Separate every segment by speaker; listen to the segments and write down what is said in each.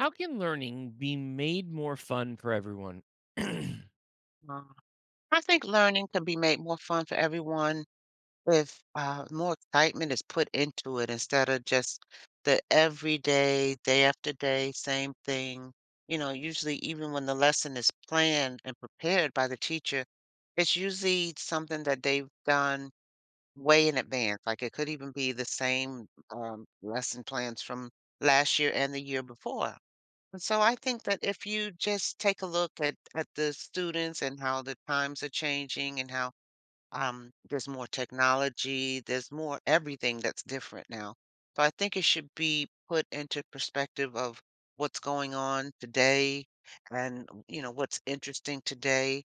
Speaker 1: How can learning be made more fun for everyone?
Speaker 2: Uh, I think learning can be made more fun for everyone if more excitement is put into it instead of just the everyday, day after day, same thing. You know, usually, even when the lesson is planned and prepared by the teacher, it's usually something that they've done way in advance. Like it could even be the same lesson plans from last year and the year before. And so I think that if you just take a look at the students and how the times are changing and how there's more technology, there's more everything that's different now. So I think it should be put into perspective of what's going on today, and you know what's interesting today,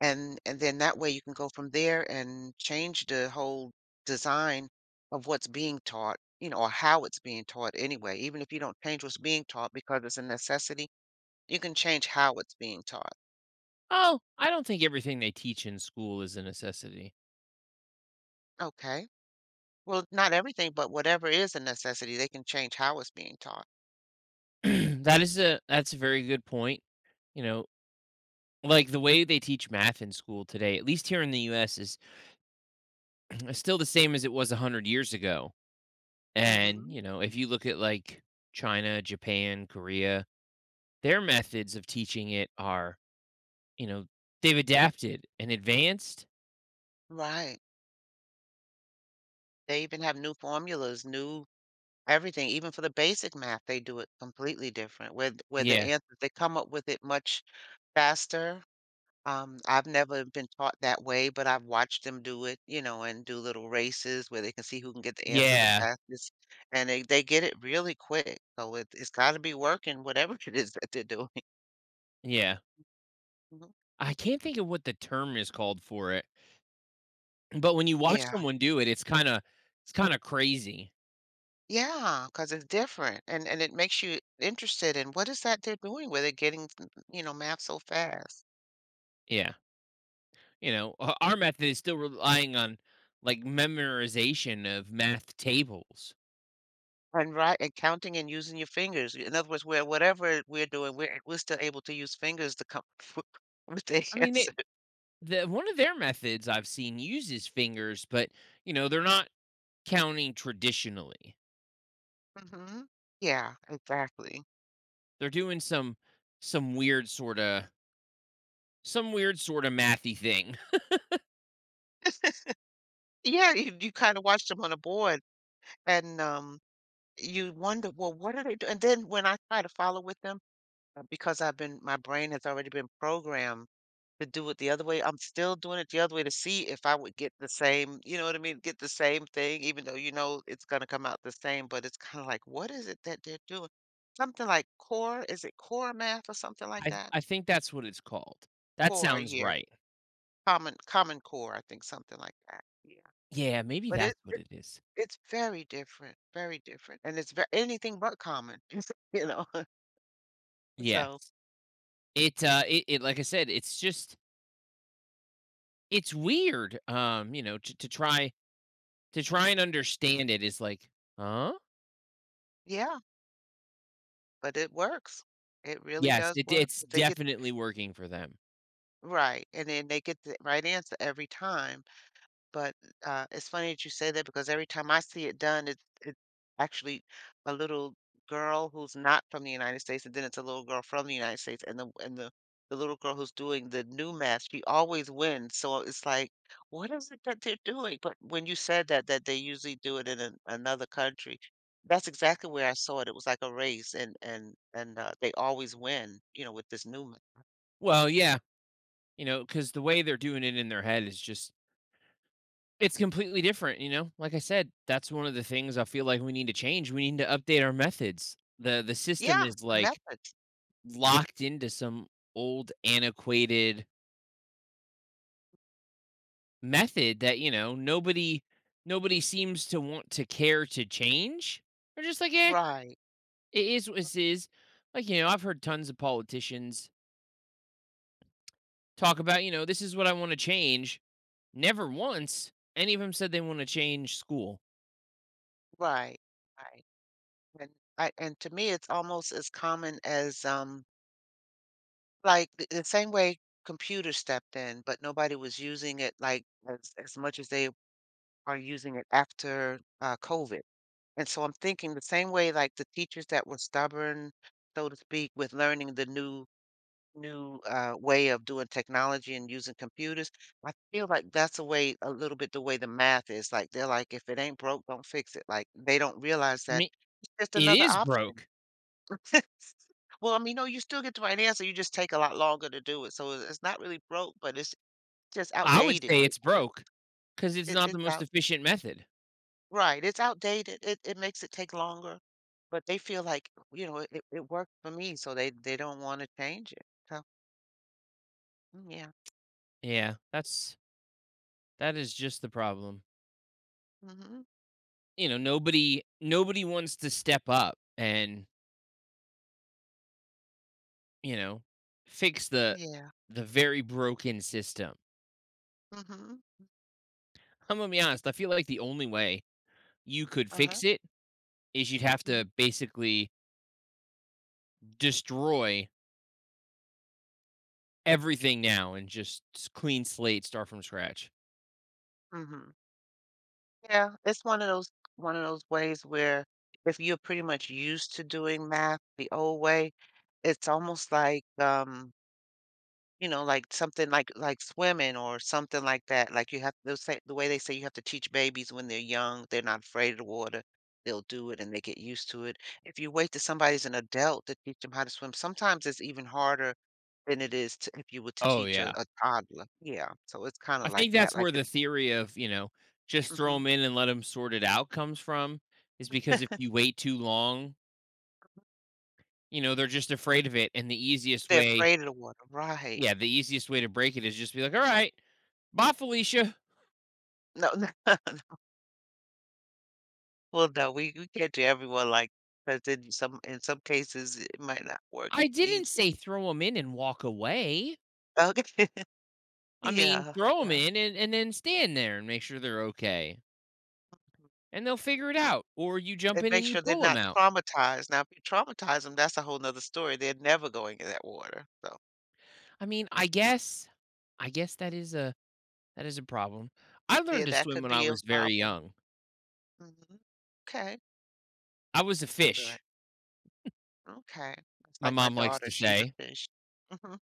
Speaker 2: and then that way you can go from there and change the whole design of what's being taught, you know, or how it's being taught anyway. Even if you don't change what's being taught because it's a necessity, you can change how it's being taught.
Speaker 1: Oh, I don't think everything they teach in school is a necessity.
Speaker 2: Okay. Well, not everything, but whatever is a necessity, they can change how it's being taught.
Speaker 1: That is a that's a very good point. You know, like the way they teach math in school today, at least here in the US is still the same as it was 100 years ago. And,
Speaker 2: Hmm.
Speaker 1: you know, if you look at like China, Japan, Korea, their methods of teaching it are, you know, they've adapted and advanced.
Speaker 2: Right. They even have new formulas, new everything. Even for the basic math, they do it completely different. Where the
Speaker 1: Yeah.
Speaker 2: answers they come up with it much faster. I've never been taught that way, but I've watched them do it, you know, and do little races where they can see who can get the answer the
Speaker 1: Yeah.
Speaker 2: fastest, and they get it really quick. So it's got to be working, whatever it is that they're doing.
Speaker 1: Yeah.
Speaker 2: Mhm.
Speaker 1: I can't think of what the term is called for it, but when you watch
Speaker 2: Yeah.
Speaker 1: someone do it, it's kinda crazy.
Speaker 2: Yeah, cause it's different, and it makes you interested in what is that they're doing with it, getting, you know, math so fast.
Speaker 1: Yeah, you know, o our method is still relying on, like, memorization of math tables.
Speaker 2: And right, and counting and using your fingers. In other words, where whatever we're doing, we're still able to use fingers to come with the
Speaker 1: I mean, they
Speaker 2: answer.
Speaker 1: the one of their methods I've seen uses fingers, but, you know, they're not counting traditionally.
Speaker 2: Mhm. Yeah, exactly.
Speaker 1: They're doing some some weird sorta some weird sorta mathy thing.
Speaker 2: Yeah, you kinda watch them on a board and, you wonder, "Well, what are they doing?" And then when I try to follow with them, because I've been my brain has already been programmed to do it the other way. I'm still doing it the other way to see if I would get the same, you know what I mean? Get the same thing. Even though you know it's going to come out the same, but it's kind of like, what is it that they're doing? Something like core, is it core math or something like
Speaker 1: I
Speaker 2: that?
Speaker 1: I think that's what it's called. That
Speaker 2: Core,
Speaker 1: sounds
Speaker 2: yeah.
Speaker 1: right.
Speaker 2: Common core, I think something like that. Yeah.
Speaker 1: Yeah, maybe
Speaker 2: But
Speaker 1: that's
Speaker 2: it,
Speaker 1: what
Speaker 2: it
Speaker 1: it is.
Speaker 2: it's very different, very different. And it's very, anything but common, you know. So,
Speaker 1: Yes. It, it like I said, it's just it's weird, you know, to try and understand it is like, "Huh?"
Speaker 2: yeah, but it works. It really
Speaker 1: Yes,
Speaker 2: does
Speaker 1: it
Speaker 2: work.
Speaker 1: it's
Speaker 2: They get
Speaker 1: definitely working for them.
Speaker 2: right, and then they get the right answer every time. But, it's funny that you say that because every time I see it done, it's actually a little girl who's not from the United States, and then it's a little girl from the United States, and the little girl who's doing the new math, she always wins, so it's like, "What is it that they're doing?" But when you said that they usually do it in an another country, that's exactly where I saw it. It was like a race, they always win, you know, with this new ma.
Speaker 1: Well, yeah, you know because the way they're doing it in their head is just it's completely different, you know? Like I said, that's one of the things I feel like we need to change, we need to update our methods. The system
Speaker 2: Yeah,
Speaker 1: is,
Speaker 2: the
Speaker 1: like,
Speaker 2: methods.
Speaker 1: locked into some old antiquated method that, you know, nobody seems to want to care to change. They're just like, "Eh,
Speaker 2: Right,
Speaker 1: it is what it is." Like, you know, I've heard tons of politicians talk about, you know, "This is what I want to change." Never once any of them said they want to change school.
Speaker 2: right, right. And I, and to me, it's almost as common as, like, the same way computers stepped in, but nobody was using it, like, as much as they are using it after, COVID. And so I'm thinking the same way, like, the teachers that were stubborn, so to speak, with learning the new way of doing technology and using computers, I feel like that's the way, a little bit, the way the math is, like, they're like, "If it ain't broke, don't fix it." Like, they don't realize
Speaker 1: I
Speaker 2: that
Speaker 1: mean,
Speaker 2: it's just
Speaker 1: it
Speaker 2: another
Speaker 1: is
Speaker 2: option.
Speaker 1: broke.
Speaker 2: Well, I mean, no, you still get the right answer, you just take a lot longer to do it, so it's not really broke, but it's just
Speaker 1: I would
Speaker 2: outdated
Speaker 1: say
Speaker 2: is
Speaker 1: it's
Speaker 2: what it
Speaker 1: broke
Speaker 2: is.
Speaker 1: because it's
Speaker 2: It
Speaker 1: not the
Speaker 2: it's
Speaker 1: most
Speaker 2: out
Speaker 1: efficient method.
Speaker 2: right, it's outdated, it makes it take longer, but they feel like, you know, "It "it worked for me," so they don't wanna change it, so mm, yeah,
Speaker 1: Yeah, that's that is just the problem.
Speaker 2: mhm,
Speaker 1: You know, nobody wants to step up and you know, fix
Speaker 2: yeah,
Speaker 1: the very broken system.
Speaker 2: mhm,
Speaker 1: I'm gonna be honest, I feel like the only way you could
Speaker 2: uh-huh,
Speaker 1: fix it is you'd have to
Speaker 2: mhm.
Speaker 1: basically destroy everything now and just clean slate, start from scratch.
Speaker 2: Mhm. Yeah, it's one of those ways where if you're pretty much used to doing math the old way, it's almost like, you know, like something like swimming or something like that. Like you have, they'll say, the way they say, you have to teach babies when they're young, they're not afraid of the water. They'll do it and they get used to it. If you wait till somebody's an adult to teach them how to swim, sometimes it's even harder than it is to, if you were to
Speaker 1: Oh
Speaker 2: teach a,
Speaker 1: yeah.
Speaker 2: a toddler. Yeah, so it's kind
Speaker 1: I
Speaker 2: of like
Speaker 1: think
Speaker 2: that.
Speaker 1: that's where the theory of, you know, just throw
Speaker 2: Hmm.
Speaker 1: them in and let them sort it out comes from is because if you wait too long, you know, they're just afraid of it. And the easiest
Speaker 2: They're
Speaker 1: way,
Speaker 2: afraid of the water, right?
Speaker 1: yeah, the easiest way to break it is just be like, all right, bye, Felicia.
Speaker 2: No, no. Well, no, we can't do everyone like because in some cases it might not work
Speaker 1: I didn't
Speaker 2: easy.
Speaker 1: say throw them in and walk away.
Speaker 2: Okay,
Speaker 1: I mean,
Speaker 2: yeah,
Speaker 1: throw them
Speaker 2: yeah.
Speaker 1: in and then stand there and make sure they're okay, and they'll figure it out, or you jump
Speaker 2: It
Speaker 1: in and
Speaker 2: makes
Speaker 1: you
Speaker 2: sure they're
Speaker 1: pull them
Speaker 2: not
Speaker 1: out.
Speaker 2: traumatized. Now, if you traumatize them, that's a whole nother story. They're never going in that water. So,
Speaker 1: I mean, I guess that is a problem. I learned
Speaker 2: yeah,
Speaker 1: to
Speaker 2: that
Speaker 1: swim
Speaker 2: could
Speaker 1: when I
Speaker 2: be a
Speaker 1: was very
Speaker 2: problem.
Speaker 1: young.
Speaker 2: Hmm. Okay,
Speaker 1: I was a
Speaker 2: that's good.
Speaker 1: fish,
Speaker 2: Okay. It's
Speaker 1: my
Speaker 2: like my
Speaker 1: mom likes
Speaker 2: daughter,
Speaker 1: to
Speaker 2: she's a
Speaker 1: say.
Speaker 2: fish. Hmm.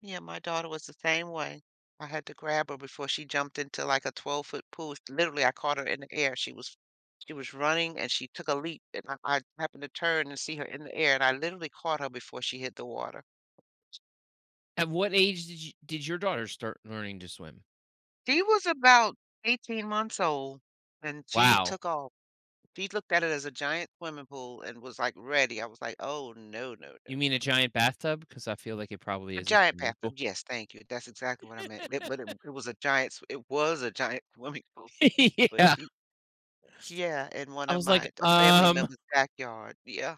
Speaker 2: Yeah, my daughter was the same way. I had to grab her before she jumped into like a 12-foot pool. Literally, I caught her in the air. She was running and she took a leap, and I happened to turn and see her in the air, and I literally caught her before she hit the water.
Speaker 1: At what age did you did your daughter start learning to swim?
Speaker 2: She was about 18 months old and she
Speaker 1: Wow.
Speaker 2: took off. She looked at it as a giant swimming pool and was like ready. I was like, oh, no, no, no.
Speaker 1: You mean a giant bathtub? Because I feel like it probably
Speaker 2: A
Speaker 1: is a
Speaker 2: giant
Speaker 1: swimming
Speaker 2: bathtub.
Speaker 1: pool.
Speaker 2: Yes, thank you. That's exactly what I meant. It was a giant, it was a giant swimming pool. But
Speaker 1: Yeah.
Speaker 2: she, yeah, in one
Speaker 1: I
Speaker 2: of
Speaker 1: was like,
Speaker 2: my family
Speaker 1: um
Speaker 2: members' backyard. Yeah.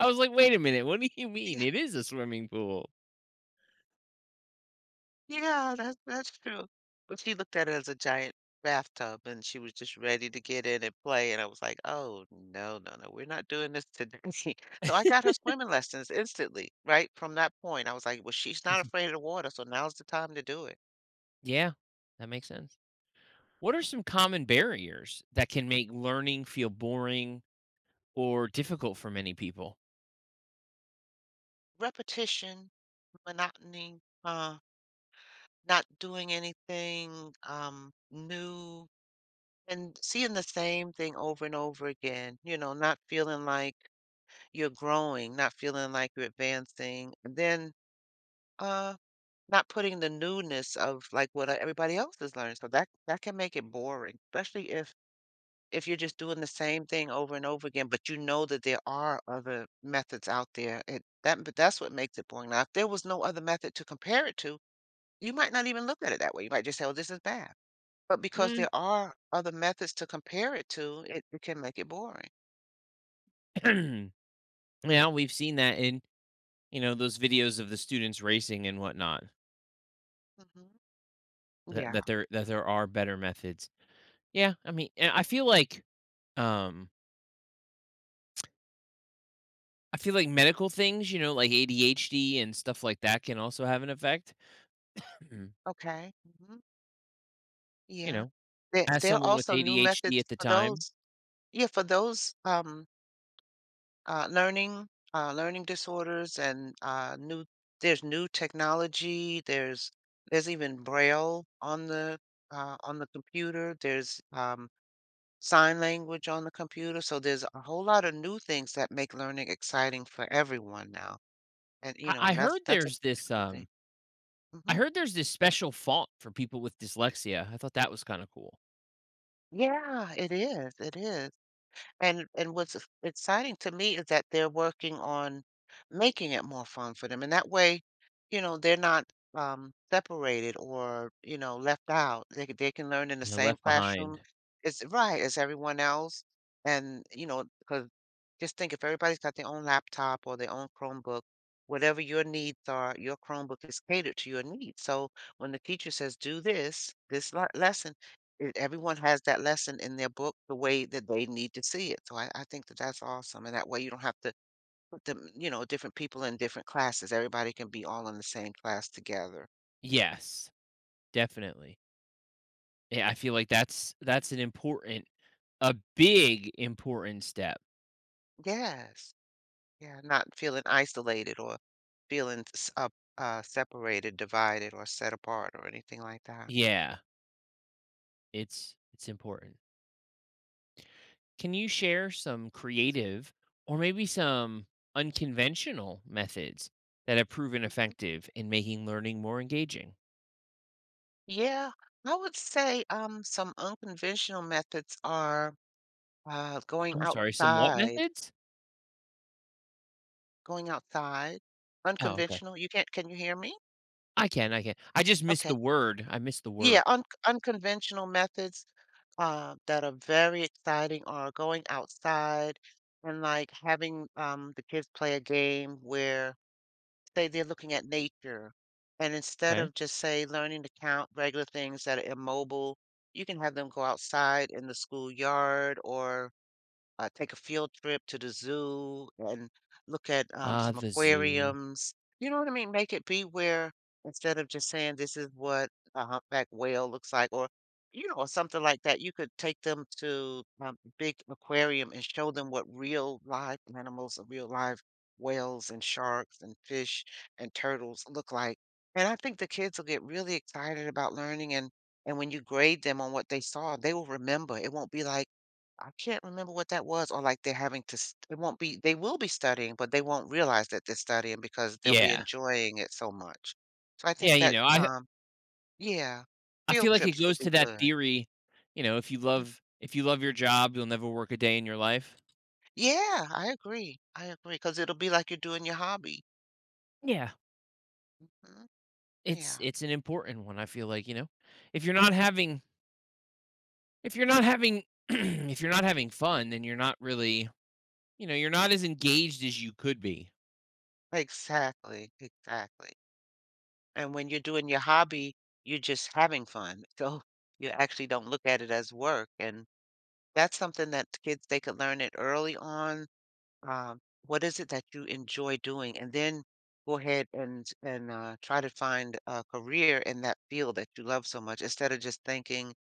Speaker 1: I was like, "Wait a minute, what do you mean?
Speaker 2: Yeah.
Speaker 1: It is a swimming pool."
Speaker 2: Yeah, that's true. But she looked at it as a giant bathtub and she was just ready to get in and play. And I was like, oh, no, no, no, we're not doing this today. So I got her swimming lessons instantly, right? From that point, I was like, well, she's not afraid of the water. So now's the time to do it.
Speaker 1: Yeah, that makes sense. What are some common barriers that can make learning feel boring or difficult for many people?
Speaker 2: Repetition, monotony, not doing anything new, and seeing the same thing over and over again, you know, not feeling like you're growing, not feeling like you're advancing. And then Uh, not putting the newness of, like, what e everybody else is learning, so that that can make it boring. Especially if you're just doing the same thing over and over again, but you know that there are other methods out there, it that but that's what makes it boring. Now, if there was no other method to compare it to, you might not even look at it that way, you might just say, "Oh, this is bad." But because
Speaker 1: Mm.
Speaker 2: there are other methods to compare it to, it it can make it boring.
Speaker 1: Yeah, we've seen that in you know those videos of the students racing and whatnot.
Speaker 2: Mhm.
Speaker 1: That,
Speaker 2: Yeah,
Speaker 1: that there that there are better methods. Yeah, I mean, and um, I feel like medical things, you know, like ADHD and stuff like that, can also have an effect.
Speaker 2: okay, mhm,
Speaker 1: You
Speaker 2: yeah.
Speaker 1: know,
Speaker 2: There
Speaker 1: as
Speaker 2: there are
Speaker 1: someone with
Speaker 2: also new
Speaker 1: ADHD
Speaker 2: methods
Speaker 1: at the
Speaker 2: for
Speaker 1: time,
Speaker 2: those yeah, for those, uh, learning, learning disorders and, new there's new technology, there's even braille on the computer, there's, sign language on the computer, so there's a whole lot of new things that make learning exciting for everyone now, and, you
Speaker 1: I
Speaker 2: know,
Speaker 1: I
Speaker 2: and
Speaker 1: heard
Speaker 2: that's a
Speaker 1: there's this,
Speaker 2: good thing.
Speaker 1: I
Speaker 2: Mhm.
Speaker 1: heard there's this special font for people with dyslexia. I thought that was kinda cool.
Speaker 2: Yeah, it is, it is. And what's exciting to me is that they're working on making it more fun for them. And that way, you know, they're not separated or, you know, left out. They, they can learn in the
Speaker 1: You know,
Speaker 2: same
Speaker 1: Left
Speaker 2: classroom.
Speaker 1: Behind.
Speaker 2: It's right as everyone else. And, you know, because just think if everybody's got their own laptop or their own Chromebook, whatever your needs are, your Chromebook is catered to your needs. So when the teacher says, do this, this lesson, everyone has that lesson in their book the way that they need to see it. So I think that that's awesome. And that way you don't have to put them, you know, different people in different classes. Everybody can be all in the same class together.
Speaker 1: Yes, definitely. Yeah, I feel like that's an important a big important step.
Speaker 2: Yes. Yeah. Not feeling isolated or feeling separated, divided, or set apart or anything like that.
Speaker 1: Yeah, it's important. Can you share some creative or maybe some unconventional methods that have proven effective in making learning more engaging?
Speaker 2: Yeah. I would say some unconventional methods are uh, going
Speaker 1: I'm sorry, some what
Speaker 2: outside,
Speaker 1: methods?
Speaker 2: going outside,
Speaker 1: Oh, okay.
Speaker 2: unconventional. You can't, can you hear me?
Speaker 1: I can, I can. I just missed
Speaker 2: Okay.
Speaker 1: the word. I missed the word.
Speaker 2: Yeah, un unconventional methods, that are very exciting are going outside and, like, having, the kids play a game where, say, they're looking at nature, and instead
Speaker 1: Okay.
Speaker 2: of just, say, learning to count regular things that are immobile, you can have them go outside in the schoolyard or take a field trip to the zoo and look at
Speaker 1: Uh,
Speaker 2: some
Speaker 1: the zoo.
Speaker 2: aquariums. You know what I mean? Make it be where instead of just saying this is what a humpback whale looks like, or you know, or something like that, you could take them to a big aquarium and show them what real live animals, real live whales and sharks and fish and turtles look like. And I think the kids will get really excited about learning, and when you grade them on what they saw, they will remember. It won't be like I can't remember what that was, or like they're having to st it won't be they will be studying, but they won't realize that they're studying because they'll be
Speaker 1: Yeah.
Speaker 2: enjoying it so much. So I
Speaker 1: Yeah,
Speaker 2: think
Speaker 1: you
Speaker 2: that,
Speaker 1: know, I
Speaker 2: yeah,
Speaker 1: I feel
Speaker 2: field
Speaker 1: like it
Speaker 2: trips would
Speaker 1: goes to
Speaker 2: be
Speaker 1: that
Speaker 2: good.
Speaker 1: theory, you know,
Speaker 2: Mm,
Speaker 1: if you love your job, you'll never work a day in your life.
Speaker 2: yeah, I agree because 'cause it'll be like you're doing your hobby.
Speaker 1: Yeah.
Speaker 2: Mhm, yeah,
Speaker 1: It's an important one, I feel like, you know. If you're not having if you're not having if you're not having fun, then you're not really, you know, you're not as engaged as you could be.
Speaker 2: exactly, exactly, and when you're doing your hobby, you're just having fun, so you actually don't look at it as work, and that's something that kids, they could learn it early on. What is it that you enjoy doing? And then go ahead and try to find a career in that field that you love so much instead of just thinking,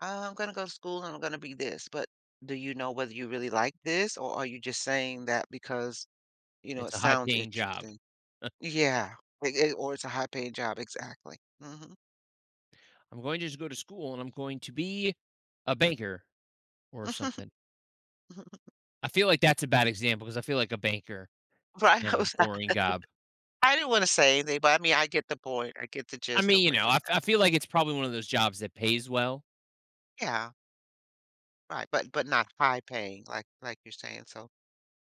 Speaker 2: "Ah, I'm going to go to school and I'm going to be this." But do you know whether you really like this, or are you just saying that because, you know, it
Speaker 1: It's a high
Speaker 2: sounds
Speaker 1: paying job.
Speaker 2: interesting? Yeah. Or it's a high paying job. Exactly. Hmm.
Speaker 1: I'm going to just go to school and I'm going to be a banker or something. I feel like that's a bad example because I feel like a banker is
Speaker 2: Right.
Speaker 1: kind of a boring job.
Speaker 2: I didn't want to say anything, but I mean, I get the point. I get the
Speaker 1: I
Speaker 2: gist of
Speaker 1: mean, you
Speaker 2: what
Speaker 1: know,
Speaker 2: you're saying.
Speaker 1: I feel like it's probably one of those jobs that pays well.
Speaker 2: Yeah. Right. But not high paying like you're saying. So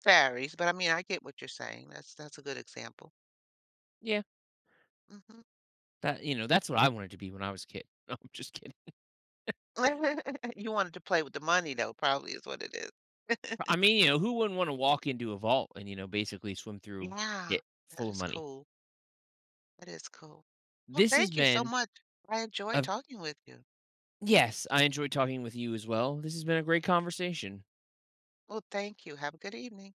Speaker 2: varies, but I mean, I get what you're saying. That's a good example.
Speaker 1: Yeah,
Speaker 2: Mhm.
Speaker 1: that you know, that's what I wanted to be when I was a kid. No, I'm just kidding.
Speaker 2: You wanted to play with the money though, probably is what it is.
Speaker 1: I mean, you know, who wouldn't wanna walk into a vault and, you know, basically swim through
Speaker 2: Yeah,
Speaker 1: it
Speaker 2: that
Speaker 1: full of
Speaker 2: is
Speaker 1: money?
Speaker 2: cool. That is cool. Well,
Speaker 1: This has
Speaker 2: thank you so
Speaker 1: been
Speaker 2: much. I
Speaker 1: a
Speaker 2: enjoyed talking with you.
Speaker 1: yes, I enjoyed talking with you as well. This has been a great conversation.
Speaker 2: Well, thank you. Have a good evening.